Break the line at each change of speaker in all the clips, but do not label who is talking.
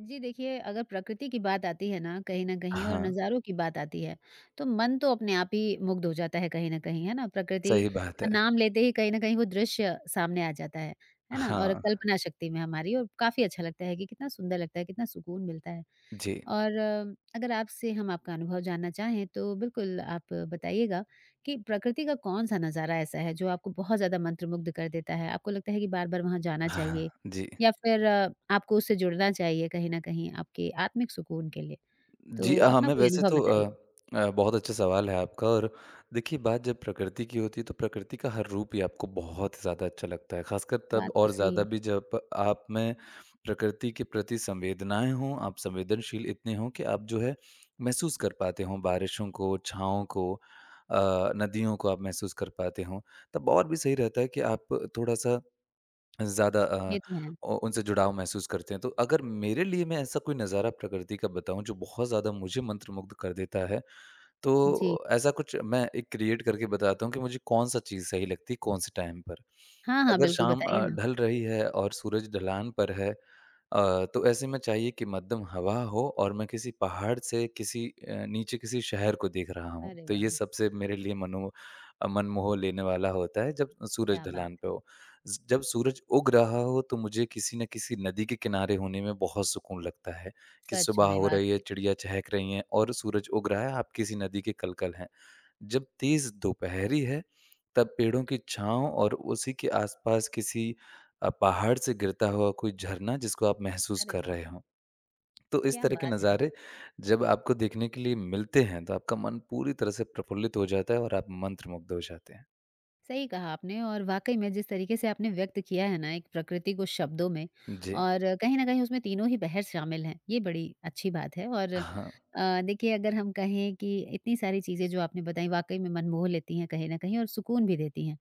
जी देखिए, अगर प्रकृति की बात आती है ना कहीं न कहीं और
हाँ,
नज़ारों की बात आती है, तो मन तो अपने आप ही मुग्ध हो जाता है कहीं न कहीं, है ना? प्रकृति
सही बात
का
है।
नाम लेते ही कहीं न कहीं वो दृश्य सामने आ जाता है ना? और
हाँ,
कल्पना शक्ति में हमारी और काफ़ी अच्छा लगता है कि कितना सुंदर लगता है, कितना सुकून मिलता है।
जी।
और अगर आपसे हम आपका अनुभव जानना चाहें तो बिल्कुल आप बताइएगा कि प्रकृति का कौन-सा नज़ारा ऐसा है जो आपको बहुत ज़्यादा मंत्रमुग्ध कर देता है? आपको लगता है कि बार-बार वहाँ जाना
हाँ,
चाहिए
जी।
या फिर आपको उससे जुड़ना चाहिए कहीं न कहीं आपके आत्मिक सुकून के लिए।
जी,
तो अपना
हमें
कोई
वैसे
अनुभव
तो
बताइए।
बहुत अच्छा सवाल है आपका और देखिए बात जब प्रकृति की होती है तो प्रकृति का हर रूप ही आपको बहुत ही ज़्यादा अच्छा लगता है। ख़ासकर तब
बात तो
और
सही
ज़्यादा
है,
भी जब आप में प्रकृति के प्रति संवेदनाएँ हों, आप संवेदनशील इतने हों कि आप जो है महसूस कर पाते हों बारिशों को, छाँव को नदियों को आप महसूस कर पाते हों। तब और भी सही रहता है कि आप थोड़ा-सा ज़्यादा
ये तो है।
उ उनसे जुड़ाव महसूस करते हैं। तो अगर मेरे लिए मैं ऐसा कोई नज़ारा प्रकृति का बताऊँ जो बहुत ज़्यादा मुझे मंत्रमुग्ध कर देता है,
जी।
तो ऐसा कुछ मैं एक क्रिएट करके बताता हूँ कि मुझे कौन-सा चीज़ सही लगती है, कौन-से टाइम पर।
हाँ, हाँ,
अगर
बिल्कुल
शाम
बताइए ना।
ढल रही है और सूरज ढलान पर है तो ऐसे में चाहिए कि मध्यम हवा हो और मैं किसी पहाड़ से किसी नीचे किसी शहर को देख रहा हूँ।
अरे
तो ये
वाह!
सबसे मेरे लिए मनमोह लेने वाला होता है जब सूरज
क्या बात
ढलान पे
है।
हो। ज जब सूरज उग रहा हो तो मुझे किसी न किसी नदी के किनारे होने में बहुत सुकून लगता है। कि
सच
सुबह
में
हो रही है,
वाक़ई।
चिड़िया चहक रही हैं और सूरज उग रहा है, आप किसी नदी के कलकल हैं। जब तेज़ दोपहरी है, तब पेड़ों की छाँव और उसी के आसपास किसी पहाड़ से गिरता हुआ कोई झरना जिसको आप महसूस
अरे
कर
वाह!
रहे हों। तो इस
क्या
तरह के
बात है।
नज़ारे जब आपको देखने के लिए मिलते हैं, तो आपका मन पूरी तरह से प्रफुल्लित हो जाता है और आप मंत्रमुग्ध हो जाते हैं।
सही कहा आपने और वाकई में जिस तरीके से आपने व्यक्त किया है ना एक प्रकृति को शब्दों में
जी।
और कहीं ना कहीं उसमें तीनों ही बहर शामिल हैं, ये बड़ी अच्छी बात है। और
हाँ,
देखिए, अगर हम कहें कि इतनी सारी चीज़ें जो आपने बताई वाकई में मन मोह लेती हैं कहीं ना कहीं और सुकून भी देती हैं,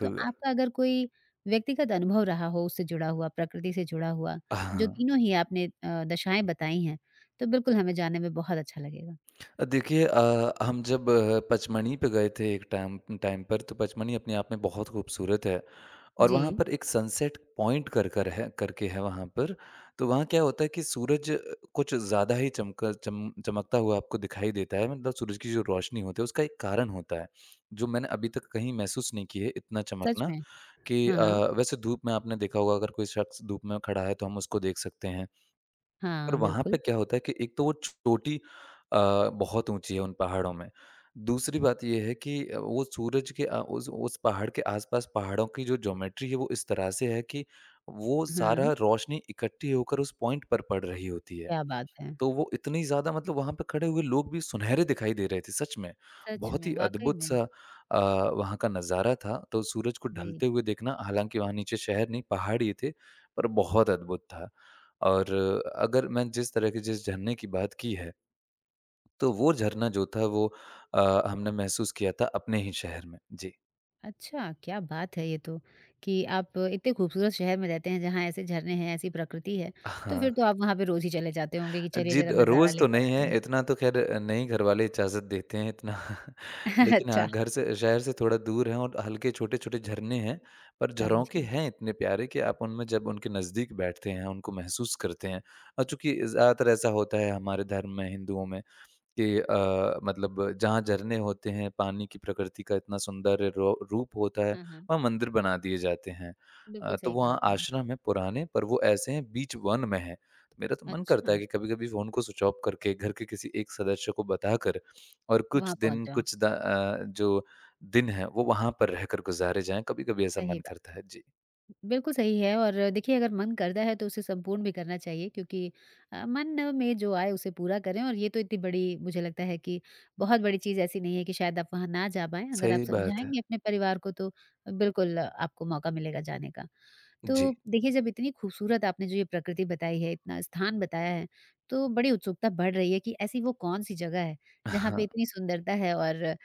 तो आपका अगर कोई व्यक्तिगत अनुभव रहा हो उससे जुड़ा हुआ, प्रकृति से जुड़ा हुआ, जो
हाँ।
तीनों ही आपने दशाएं बताई हैं, तो बिल्कुल हमें जानने में बहुत अच्छा लगेगा।
देखिए हम जब पचमणी पे गए थे एक टाइम टाइम पर तो पचमणी अपने आप में बहुत खूबसूरत है और वहाँ
जी।
पर एक सनसेट पॉइंट कर कर है करके है वहाँ पर तो वहाँ क्या होता है कि सूरज कुछ ज़्यादा ही चमकता हुआ आपको दिखाई देता है मतलब सूरज की जो रोशनी होती है उसका एक कारण होता है जो मैंने अभी तक कहीं महसूस नहीं की है इतना
सच
चमकना
में।
कि
हाँ, हाँ।
वैसे धूप में आपने देखा होगा अगर कोई शख्स धूप में खड़ा है तो हम उसको देख सकते हैं पर
हाँ,
वहाँ पे
बिल्कुल।
क्या होता है कि एक तो वो चोटी अ, बहुत ऊँची है उन पहाड़ों में। दूसरी बात ये है कि वो सूरज के उस पहाड़ के आस-पास पहाड़ों की जो ज्योमेट्री है वो इस तरह से है कि वो
हाँ,
सारा रोशनी इकट्ठी होकर उस पॉइंट पर पड़ रही होती है।
क्या बात है।
तो वो इतनी ज़्यादा मतलब वहाँ पे खड़े हुए लोग भी सुनहरे दिखाई दे रहे थे सच में।
सच
बहुत
में,
ही
वाक़ई
अद्भुत
में।
सा वहाँ का नज़ारा था, तो सूरज को
जी।
ढलते हुए देखना हालाँकि वहाँ नीचे शहर नहीं पहाड़ ही थे, पर बहुत अद्भुत था। और अगर मैं जिस तरह के जिस झरने की बात की है, तो वो झरना जो था वो हमने महसूस किया था अपने ही शहर में। जी।
अच्छा, क्या बात है ये तो! कि आप इतने खूबसूरत शहर में रहते हैं जहाँ ऐसे झरने हैं, ऐसी प्रकृति है, तो
हाँ।
फिर तो आप वहाँ पे रोज़ ही चले जाते होंगे कि चलिए
जी,
ज़रा
द
नज़ारा
रोज़ तो
लेकर
नहीं
आते हैं।
है, इतना तो ख़ैर नहीं घरवाले इजाज़त देते हैं इतना। लेकिन
अच्छा,
हाँ, घर से शहर से थोड़ा दूर है और हल्के छोटे-छोटे झरने हैं, पर झरोखे
समझी।
हैं इतने प्यारे कि आप उनमें जब उनके नज़दीक बैठते हैं, उनको महसूस करते हैं। और चूँकि ज़्यादातर ऐसा होता है हमारे धर्म में, हिंदुओं में कि मतलब जहाँ झरने होते हैं, पानी की प्रकृति का इतना सुंदर रो रूप होता है,
हाँ, हाँ।
वहाँ मंदिर बना दिए जाते हैं।
बिल्कुल
तो
सही कहा
वहाँ
आपने।
आश्रम है पुराने पर वो ऐसे हैं बीच वन में हैं। तो मेरा तो मन करता
अच्छा,
है कि कभी-कभी फ़ोन को स्विच ऑफ करके घर के किसी एक सदस्य को बताकर और
वहाँ
कुछ
पहुँच
दिन
जाओ,
जो दिन हैं वो वहाँ पर रहकर गुज़ारे जाएँ, कभी-कभी ऐसा
सही
मन
बात
करता
है।
है। जी,
बिल्कुल सही है, और देखिए अगर मन करता है तो उसे संपूर्ण भी करना चाहिए क्योंकि मन में जो आए उसे पूरा करें। और ये तो इतनी बड़ी, मुझे लगता है कि बहुत बड़ी चीज़ ऐसी नहीं है कि शायद आप वहाँ ना जा पाएँ। अगर आप
सही बात है।
समझाएँगे अपने परिवार को तो बिल्कुल आपको मौका मिलेगा जाने का। तो
जी।
देखिए, जब इतनी खूबसूरत आपने जो ये प्रकृति बताई है, इतना स्थान बताया है, तो बड़ी उत्सुकता बढ़ रही है कि ऐसी वो कौन-सी जगह है जहाँ पे इतनी सुंदरता है। और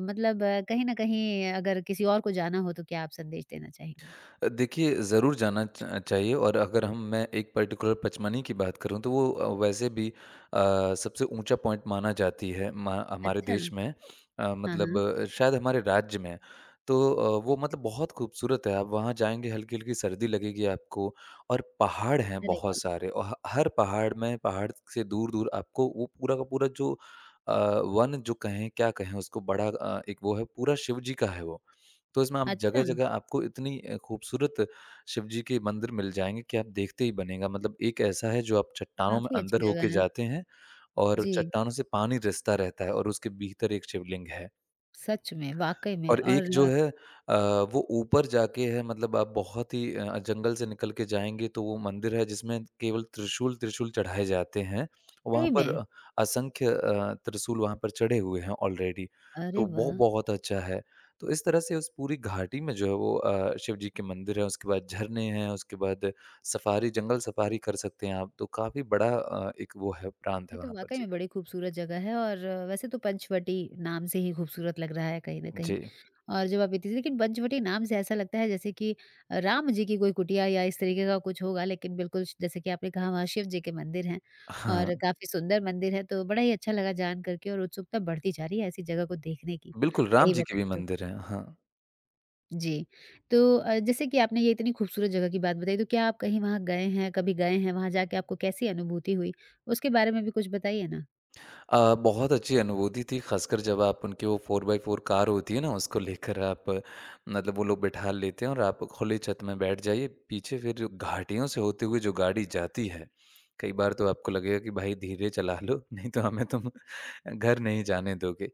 मतलब कहीं न कहीं अगर किसी और को जाना हो तो क्या आप संदेश देना चाहेंगे?
देखिए, ज़रूर जाना च चाहिए और अगर हम मैं एक पर्टिकुलर पचमणी की बात करूँ तो वो वैसे भी सबसे ऊँचा पॉइंट माना जाती है म हमारे
अच्छा।
देश में
हाँ,
मतलब
हाँ।
शायद हमारे राज्य में। तो वो मतलब बहुत खूबसूरत है, आप वहाँ जाएँगे हल्की-हल्की सर्दी लगेगी आपको और पहाड़ हैं
अरे
बहुत
वाह!
सारे और ह हर पहाड़ में पहाड़ से दूर-दूर आपको वो पूरा का पूरा जो अ, वन जो कहें क्या कहें उसको बड़ा एक वो है पूरा शिव जी का है वो। तो इसमें आप
अच्छा,
जगह-जगह आपको इतनी खूबसूरत शिव जी के मंदिर मिल जाएँगे कि आप देखते ही बनेगा। मतलब एक ऐसा है जो आप चट्टानों में
काफ़ी अच्छी
अंदर होके
जगह है।
जाते हैं और
जी,
चट्टानों से पानी रिसता रहता है और उसके भीतर एक शिवलिंग है।
सच में, वाक़ई में।
और एक
और
जो है अ, वो ऊपर जाके है मतलब आप बहुत ही जंगल से निकल के जाएँगे तो वो मंदिर है जिसमें केवल त्रिशूल, त्रिशूल चढ़ाए जाते हैं। वहाँ
सही में।
पर असंख्य त्रिशूल वहाँ पर चढ़े हुए हैं ऑलरेडी
अरे
तो वो
वाह!
बहुत अच्छा है। तो इस तरह से उस पूरी घाटी में जो है वो शिव जी के मंदिर है, उसके बाद झरने हैं, उसके बाद सफारी जंगल सफारी कर सकते हैं आप तो काफ़ी बड़ा एक वो है प्रांत
ये
है
तो
वहाँ पर।
वाक़ई
जी।
में बड़ी खूबसूरत जगह है। और वैसे तो पंचवटी नाम से ही खूबसूरत लग रहा है कहीं न कहीं।
जी।
और जब आप इतनी, लेकिन पंचवटी नाम से ऐसा लगता है जैसे कि राम जी की कोई कुटिया या इस तरीके का कुछ होगा, लेकिन बिल्कुल श जैसे कि आपने कहा वहाँ शिव जी के मंदिर हैं
हाँ,
और काफ़ी सुंदर मंदिर है, तो बड़ा ही अच्छा लगा जान कर के, और उत्सुकता बढ़ती जा रही है ऐसी जगह को देखने की,
बिल्कुल राम
सही
जी के भी
बताएँ तो।
मंदिर हैं। हाँ।
जी। तो जैसे कि आपने ये इतनी खूबसूरत जगह की बात बताई, तो क्या आप कहीं वहाँ गए हैं, कभी गए हैं? वहाँ जाके आपको कैसी अनुभूति हुई? उसके बारे में भी कुछ बताइए ना।
बहुत अच्छी अनुभूति थी ख़ासकर जब आप उनकी वो 4x4 कार होती है ना उसको लेकर आप मतलब वो लोग बिठा लेते हैं और आप खुली छत में बैठ जाइए। पीछे फिर जो घाटियों से होते हुए जो गाड़ी जाती है, कई बार तो आपको लगेगा कि भाई धीरे चला लो नहीं तो हमें तुम घर नहीं जाने दोगे।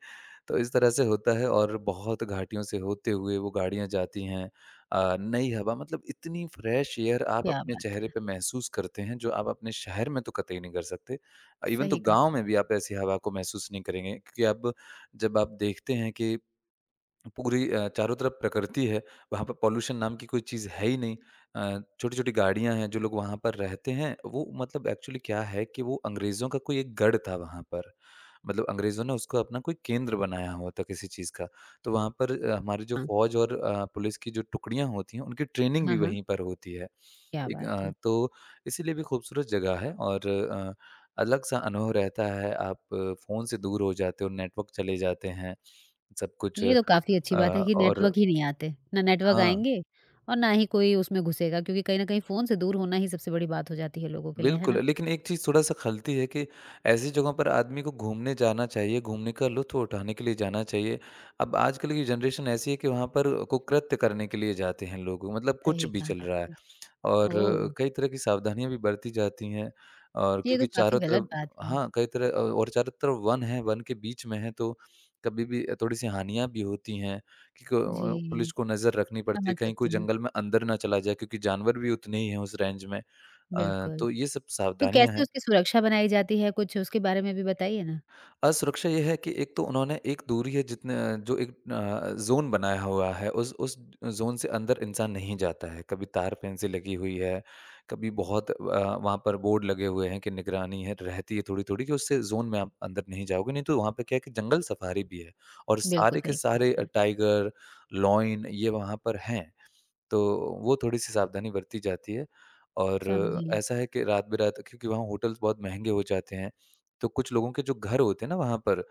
तो इस तरह से होता है और बहुत घाटियों से होते हुए वो गाड़ियाँ जाती हैं। नई हवा मतलब इतनी फ्रेश एयर आप
क्या
अपने
बात
चेहरे
है!
पे महसूस करते हैं जो आप अपने शहर में तो कतई नहीं कर सकते। इवन तो
सही
गाँव
कहा।
में भी आप ऐसी हवा को महसूस नहीं करेंगे क्योंकि अब जब आप देखते हैं कि पूरी चारों तरफ प्रकृति है, वहाँ पर पॉल्यूशन नाम की कोई चीज़ है ही नहीं। छोटी-छोटी गाड़ियाँ हैं, जो लोग वहाँ पर रहते हैं, वो मतलब एक्चुअली क्या है कि वो अंग्रेज़ों का कोई एक गढ़ था वहाँ पर। मतलब अंग्रेज़ों ने उसको अपना कोई केंद्र बनाया हुआ था किसी चीज़ का। तो वहाँ पर हमारी जो
हाँ।
फ़ौज और पुलिस की जो टुकड़ियाँ होती हैं, उनकी ट्रेनिंग
हाँ,
भी
हाँ।
वहीं पर होती है।
क्या बात है!
तो इसीलिए भी खूबसूरत जगह है और अलग-सा अनुभव रहता है, आप फ़ोन से दूर हो जाते हो, नेटवर्क चले जाते हैं, सब कुछ
ये तो काफ़ी काफ़ी अच्छी बात है
अ,
कि
और
नेटवर्क ही नहीं आते। ना नेटवर्क
हाँ,
आएँगे और ना ही कोई उसमें घुसेगा, क्योंकि कहीं न कहीं फ़ोन से दूर होना ही सबसे बड़ी बात हो जाती है लोगों के लिए, है
बिल्कुल,
ना?
लेकिन एक चीज़ थोड़ा-सा खलती है कि ऐसी जगहों पर आदमी को घूमने जाना चाहिए, घूमने का लुत्फ़ उठाने के लिए जाना चाहिए। अब आजकल की जनरेशन ऐसी है कि वहाँ पर कुकृत्य करने के लिए जाते हैं लोग, मतलब कुछ
सही
भी
कहा
चल रहा है।
आपने।
और
ओह!
कई तरह की सावधानियाँ भी बरती जाती हैं और
ये तो
क्योंकि
काफ़ी
चारों
गलत
तरफ
बात है।
हाँ, और चारों तरफ वन है, वन के बीच में है तो कभी भी थोड़ी-सी हानियाँ भी होती हैं कि
जी,
पुलिस को नज़र रखनी पड़ती है
समझ
कहीं
सकती
कोई
हूँ।
जंगल में अंदर ना चला जाए क्योंकि जानवर भी उतने ही हैं उस रेंज में।
बिल्कुल।
तो ये सब
तो
सावधानियाँ
कैसे
हैं।
उसकी सुरक्षा बनाई जाती है? कुछ उसके बारे में भी बताइए ना?
असुरक्षा ये है कि एक तो उन्होंने एक दूरी है जितने जो एक जोन बनाया हुआ है उस जोन से अंदर इंसान नहीं जाता है कभी तार फेंसी लगी हुई है कभी बहुत वहाँ पर बोर्ड लगे हुए हैं कि निगरानी है रहती है थोड़ी थोड़ी कि उससे जोन में आप अंदर नहीं जाओगे नहीं तो वहाँ पे क्या है कि जंगल सफारी भी है और
बिल्कुल
सारे के
सही कहा
सारे
आपने।
टाइगर लॉइन ये वहाँ पर हैं तो वो थोड़ी-सी सावधानी बरती जाती है और
समझी।
ऐसा है कि रात-बेरात क्योंकि वहाँ होटल्स बहुत महँगे हो जाते हैं, तो कुछ लोगों के जो घर होते हैं ना वहाँ पर,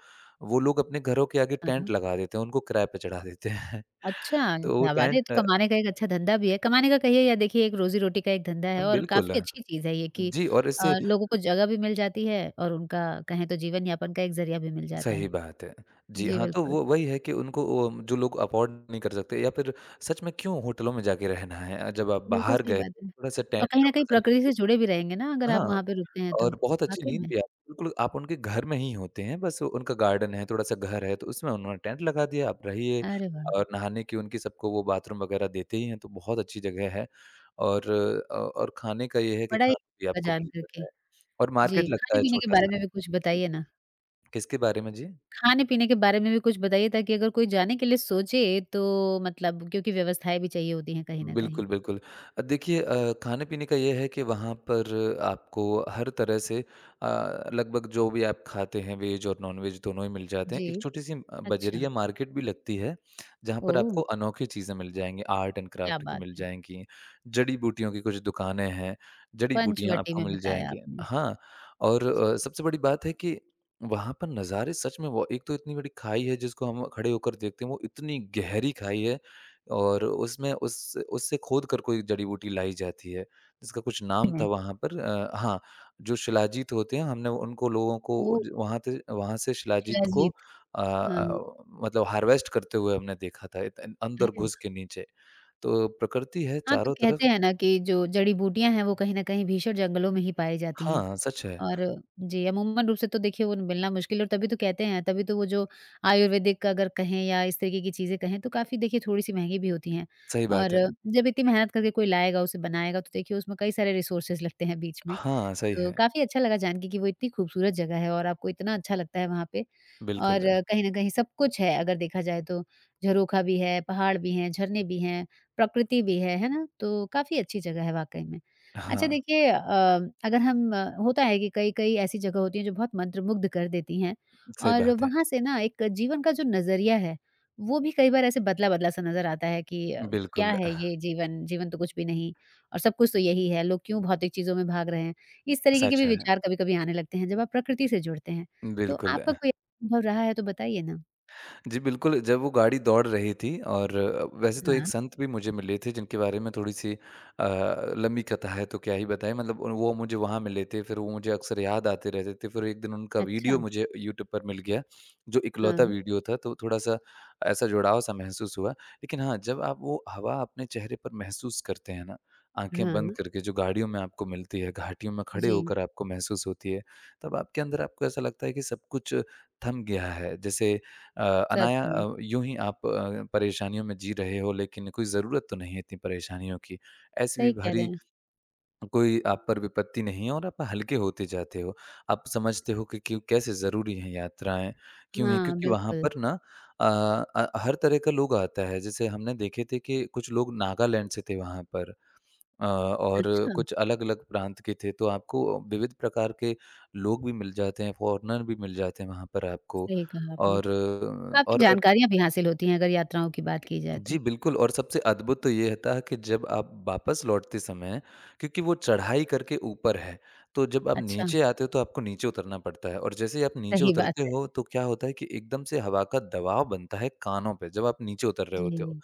वो लोग अपने घरों के आगे
हाँ,
टेंट
हाँ।
लगा देते हैं, उनको किराए पे चढ़ा देते हैं।
अच्छा,
तो वो
क्या बात है! ये तो
टेंट
कमाने का एक अच्छा धंधा भी है। कमाने का कहिए या देखिए, एक रोज़ी-रोटी का एक धंधा है और काफ़ी
बिल्कुल।
अच्छी चीज़ है ये कि
जी, और इससे
लोगों को जगह भी मिल जाती है और उनका कहें तो जीवन-यापन का एक ज़रिया भी मिल जाता है।
सही बात है। जी
जी,
हाँ, तो
बिल्कुल।
वो वही है कि उनको वो जो लोग अफोर्ड नहीं कर सकते या फिर सच में क्यों होटलों में जाके रहना है? जब आप
बिल्कुल
बाहर
सही
गए,
बात है।
थोड़ा-सा
और
टेंट
कहीं
का
न कहीं
मज़ा
प्रकृति से
लीजिए।
जुड़े भी रहेंगे ना अगर आप
हाँ।
वहाँ पे रुकते हैं तो?
और बहुत अच्छी
वाक़ई
नींद
में?
भी आती है। बिल्कुल आप उनके घर में ही होते हैं, बस उनका गार्डन है, थोड़ा-सा घर है, तो उसमें उन्होंने टेंट लगा दिया, आप रहिए
अरे वाह!
और नहाने की उनकी सबको वो बाथरूम वगैरह देते ही हैं, तो बहुत अच्छी जगह है और और खाने का ये है कि
बड़ा ही
खाना भी
अच्छा लगा
आपको
जान
मिल
कर के।
जाता है और
जी,
मार्केट लगता है
खाने-पीने के बारे
छोटा-सा।
में भी कुछ
जी,
बताइए ना?
किसके बारे में जी?
खाने-पीने के बारे में भी कुछ बताइए, ताकि अगर कोई जाने के लिए सोचे तो मतलब क्योंकि व्यवस्थाएँ भी चाहिए होती हैं कहीं न कहीं।
बिल्कुल, बिल्कुल। देखिए खाने-पीने का ये है कि वहाँ पर आपको हर तरह से लगभग जो भी आप खाते हैं वेज और नॉन-वेज दोनों ही मिल जाते हैं।
जी।
एक छोटी-सी
अच्छा,
बजरिया मार्केट भी लगती है, जहाँ पर
ओह!
आपको अनोखी चीज़ें मिल जाएँगी, आर्ट एंड
क्या
क्राफ्ट की
बात
मिल
है।
जाएँगी, जड़ी-बूटियों की कुछ दुकानें हैं, जड़ी-बूटियाँ
पंचवटी
आपको
में
मिल
बताया
जाएँगी।
आपने।
हाँ, और सबसे बड़ी बात है कि वहाँ पर नज़ारे सच में वो एक तो इतनी बड़ी खाई है जिसको हम खड़े होकर देखते हैं, वो इतनी गहरी खाई है और उसमें उस उससे खोदकर कोई जड़ी-बूटी लाई जाती है, जिसका कुछ नाम था
में
वहाँ पर हाँ, जो शिलाजीत होते हैं हमने उनको लोगों को
ओह!
ज वहाँ थे वहाँ से शिलाजीत को
शिलाजीत। हाँ।
मतलब हार्वेस्ट करते हुए हमने देखा था इत अंदर
अरे
घुस
वाह!
के नीचे। तो प्रकृति है
हाँ, तो
चारों तरफ।
कहते हैं ना कि जो जड़ी-बूटियाँ हैं वो कहीं न कहीं भीषण जंगलों में ही पाई जाती हैं।
हाँ, सच है,
और जी, अमूमन रूप से तो देखिए वो मिलना मुश्किल है, और तभी तो कहते हैं, तभी तो वो जो आयुर्वेदिक का अगर कहें या इस तरीके की चीज़ें कहें तो काफ़ी, देखिए, थोड़ी-सी महँगी भी होती हैं।
सही
और
बात है।
जब इतनी मेहनत करके कोई लाएगा, उसे बनाएगा तो देखिए उसमें कई सारे रिसोर्सेज़ लगते हैं बीच में।
हाँ, सही
तो
है,
काफ़ी अच्छा लगा जान के कि वो इतनी खूबसूरत जगह है और आपको इतना अच्छा लगता है वहाँ पे। और
बिल्कुल। है।
कहीं न कहीं सब कुछ है अगर देखा जाए तो, झरोखा भी है, पहाड़ भी हैं, झरने भी हैं, प्रकृति भी है ना? तो काफ़ी अच्छी जगह है वाक़ई में। अच्छा
हाँ,
देखिए अगर हम होता है कि कई-कई ऐसी जगह होती हैं जो बहुत मंत्रमुग्ध कर देती हैं,
सही
और
बात है।
वहाँ से ना एक जीवन का जो नज़रिया है, वो भी कई बार ऐसे बदला-बदला सा नज़र आता है कि क्या
बिल्कुल,
है ये जीवन? जीवन तो कुछ भी नहीं, और सब कुछ तो यही है, लोग क्यों भौतिक चीज़ों में भाग रहे हैं? इस तरीके के
सच
भी
है,
विचार कभी-कभी आने लगते हैं जब आप प्रकृति से जुड़ते हैं। तो
बिल्कुल।
आपका कोई अनुभव रहा है तो बताइए ना?
जी, बिल्कुल, जब वो गाड़ी दौड़ रही थी और वैसे तो
हाँ,
एक संत भी मुझे मिले थे जिनके बारे में थोड़ी-सी लंबी कथा है तो क्या ही बताएँ मतलब वो मुझे वहाँ मिले थे, फिर वो मुझे अक्सर याद आते रहते थे, फिर एक दिन उनका
अच्छा।
वीडियो मुझे यूट्यूब पर मिल गया, जो इकलौता
हाँ,
वीडियो था तो थोड़ा-सा ऐसा जुड़ाव-सा महसूस हुआ। लेकिन हाँ, जब आप वो हवा अपने चेहरे पर महसूस करते हैं ना, आँखें बंद
हाँ।
करके जो गाड़ियों में आपको मिलती है, घाटियों में खड़े
जी,
होकर आपको महसूस होती है, तब आपके अंदर आपको ऐसा लगता है कि सब कुछ थम गया है। जैसे अ,
सच
अनाया
में।
यूँ ही आप परेशानियों में जी रहे हो लेकिन कोई ज़रूरत तो नहीं है इतनी परेशानियों की। ऐसी भी
सही कह रहे
भारी
हैं।
कोई आप पर विपत्ति नहीं है और आप हल्के होते जाते हो। आप समझते हो कि क्यों कैसे ज़रूरी हैं यात्राएँ, क्यों हैं?
हाँ,
क्योंकि वहाँ
बिल्कुल।
पर ना हर तरह का लोग आता है। जैसे हमने देखे थे कि कुछ लोग नागालैंड से थे वहाँ पर और
अच्छा,
कुछ अलग-अलग प्रांत के थे, तो आपको विविध प्रकार के लोग भी मिल जाते हैं, फ़ॉरेनर भी मिल जाते हैं वहाँ पर आपको।
सही कहा आपने।
और
काफ़ी
और
जानकारियाँ भी हासिल होती हैं अगर यात्राओं की बात की जाए
जी,
तो।
बिल्कुल और सबसे अद्भुत तो ये था कि जब आप वापस लौटते समय क्योंकि वो चढ़ाई करके ऊपर है, तो जब आप
अच्छा,
नीचे आते हो तो आपको नीचे उतरना पड़ता है और जैसे ही आप नीचे
सही बात
उतरते
है।
हो तो क्या होता है कि एकदम से हवा का दबाव बनता है कानों पे जब आप नीचे उतर रहे
जी।
होते हो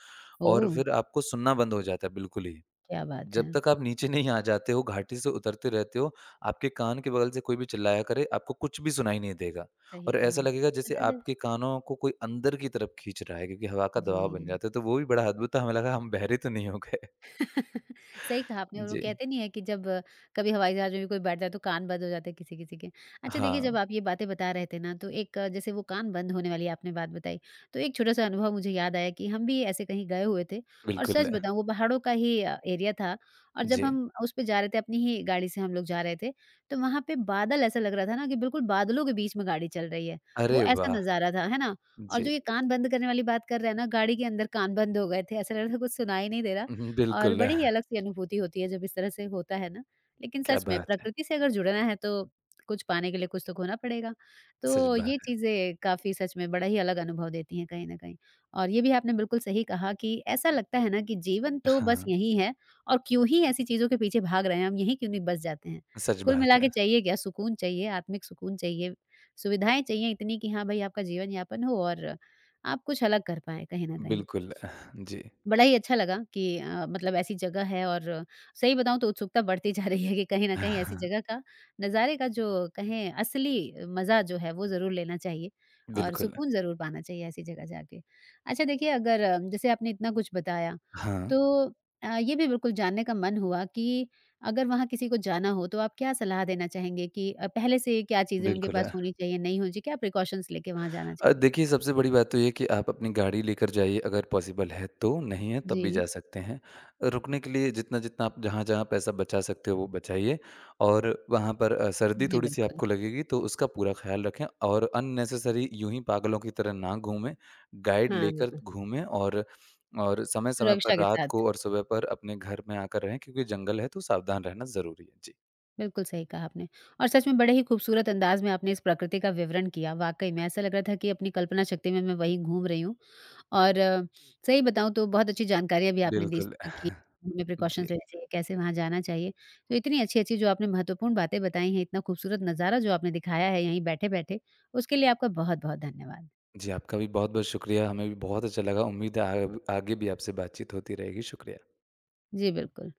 और
ओह!
फिर आपको सुनना बंद हो जाता है बिल्कुल ही।
क्या बात है।
जब तक आप नीचे नहीं आ जाते हो, घाटी से उतरते रहते हो, आपके कान के बगल से कोई भी चिल्लाया करे, आपको कुछ भी सुनाई नहीं देगा।
सही
और
कहा।
ऐसा लगेगा जैसे
पता है
आपके कानों को कोई अंदर की तरफ खींच रहा है क्योंकि हवा का
जी।
दबाव बन जाता है, तो वो भी बड़ा अद्भुत था, हमें लगा हम बहरे तो नहीं हो गए।
सही कहा आपने। और वो
जी।
कहते नहीं है कि जब कभी हवाई जहाज में भी कोई बैठ जाए तो कान बंद हो जाते हैं किसी किसी के। अच्छा देखिए, जब
हाँ,
आप ये बातें बता रहे थे ना तो एक जैसे वो कान बंद होने वाली आपने बात बताई, तो एक छोटा-सा अनुभव मुझे याद आया कि हम भी ऐसे कहीं गए हुए थे। और सच
बिल्कुल।
बताऊँ वो पहाड़ों का ही एरिया था, और जब
जी।
हम उस पे जा रहे थे, अपनी ही गाड़ी से हम लोग जा रहे थे, तो वहाँ पे बादल ऐसा लग रहा था ना कि बिल्कुल बादलों के बीच में गाड़ी चल रही है। वो
अरे
ऐसा
वाह!
नज़ारा था, है ना? और
जी।
जो ये कान बंद करने वाली बात कर रहे हैं ना, गाड़ी के अंदर कान बंद हो गए थे, ऐसा लग रहा था कुछ सुनाई नहीं दे रहा,
हुँ, हुँ,
और
बिल्कुल।
बड़ी ही अलग-सी अनुभूति होती है जब इस तरह से होता है ना। लेकिन
क्या
सच में
बात है!
प्रकृति से अगर जुड़ना है तो कुछ पाने के लिए कुछ तो खोना पड़ेगा।
सच
तो
बात
ये
है।
चीज़ें काफ़ी, सच में, बड़ा ही अलग अनुभव देती हैं कहीं न कहीं। और ये भी आपने बिल्कुल सही कहा कि ऐसा लगता है ना कि जीवन तो बस
हाँ,
यही है, और क्यों ही ऐसी चीज़ों के पीछे भाग रहे हैं, हम यहीं क्यों नहीं बस जाते हैं।
सच
कुल
बात
मिला के
है।
चाहिए क्या? सुकून चाहिए, आत्मिक सुकून चाहिए, सुविधाएँ चाहिए इतनी कि हाँ भाई आपका जीवन यापन हो, और आप कुछ अलग कर पाएँ कहीं न कहीं।
बिल्कुल। जी।
बड़ा ही अच्छा लगा कि मतलब ऐसी जगह है, और सही बताऊँ तो उत्सुकता बढ़ती जा रही है कि कहीं न कहीं ऐसी
हाँ,
जगह का नज़ारे का जो कहें असली मज़ा जो है वो ज़रूर लेना चाहिए, और
बिल्कुल।
सुकून ज़रूर पाना चाहिए ऐसी जगह जाके। अच्छा देखिए, अगर जैसे आपने इतना कुछ बताया
हाँ,
तो ये भी बिल्कुल जानने का मन हुआ कि अगर वहाँ किसी को जाना हो तो आप क्या सलाह देना चाहेंगे कि पहले से क्या चीज़ें उनके
बिल्कुल।
पास होनी चाहिए, नहीं होनी चाहिए? क्या प्रिकॉशंस लेके वहाँ जाना चाहिए?
देखिए सबसे बड़ी बात तो ये है कि आप अपनी गाड़ी लेकर जाइए अगर पॉसिबल है तो, नहीं है
जी।
तब भी जा सकते हैं। रुकने के लिए जितना-जितना आप जहाँ-जहाँ पैसा बचा सकते हो वो बचाइए और वहाँ पर सर्दी
जी,
थोड़ी-सी
बिल्कुल।
आपको लगेगी तो उसका पूरा ख़्याल रखें और अननेसेसरी यूँ ही पागलों की तरह ना घूमें, गाइड
हाँ,
लेकर
बिल्कुल।
घूमें और समय-समय पर
सुरक्षा के
रात
साथ।
को और सुबह पर अपने घर में आकर रहें क्योंकि जंगल है तो सावधान रहना ज़रूरी है। जी,
बिल्कुल सही कहा आपने, और सच में बड़े ही खूबसूरत अंदाज में आपने इस प्रकृति का विवरण किया। वाक़ई में ऐसा लग रहा था कि अपनी कल्पना शक्ति में मैं वहीं घूम रही हूँ, और सही बताऊँ तो बहुत अच्छी जानकारियाँ भी आपने दी
बिल्कुल।
कि हमें
जी।
प्रिकॉशंस लेने चाहिए, कैसे वहाँ जाना चाहिए। तो इतनी अच्छी-अच्छी जो आपने महत्वपूर्ण बातें बताई हैं, इतना खूबसूरत नज़ारा जो आपने दिखाया है यहीं बैठे-बैठे, उसके लिए आपका बहुत-बहुत धन्यवाद।
जी, आपका भी बहुत-बहुत शुक्रिया। हमें भी बहुत अच्छा लगा। उम्मीद है आग आगे भी आपसे बातचीत होती रहेगी। शुक्रिया।
जी, बिल्कुल।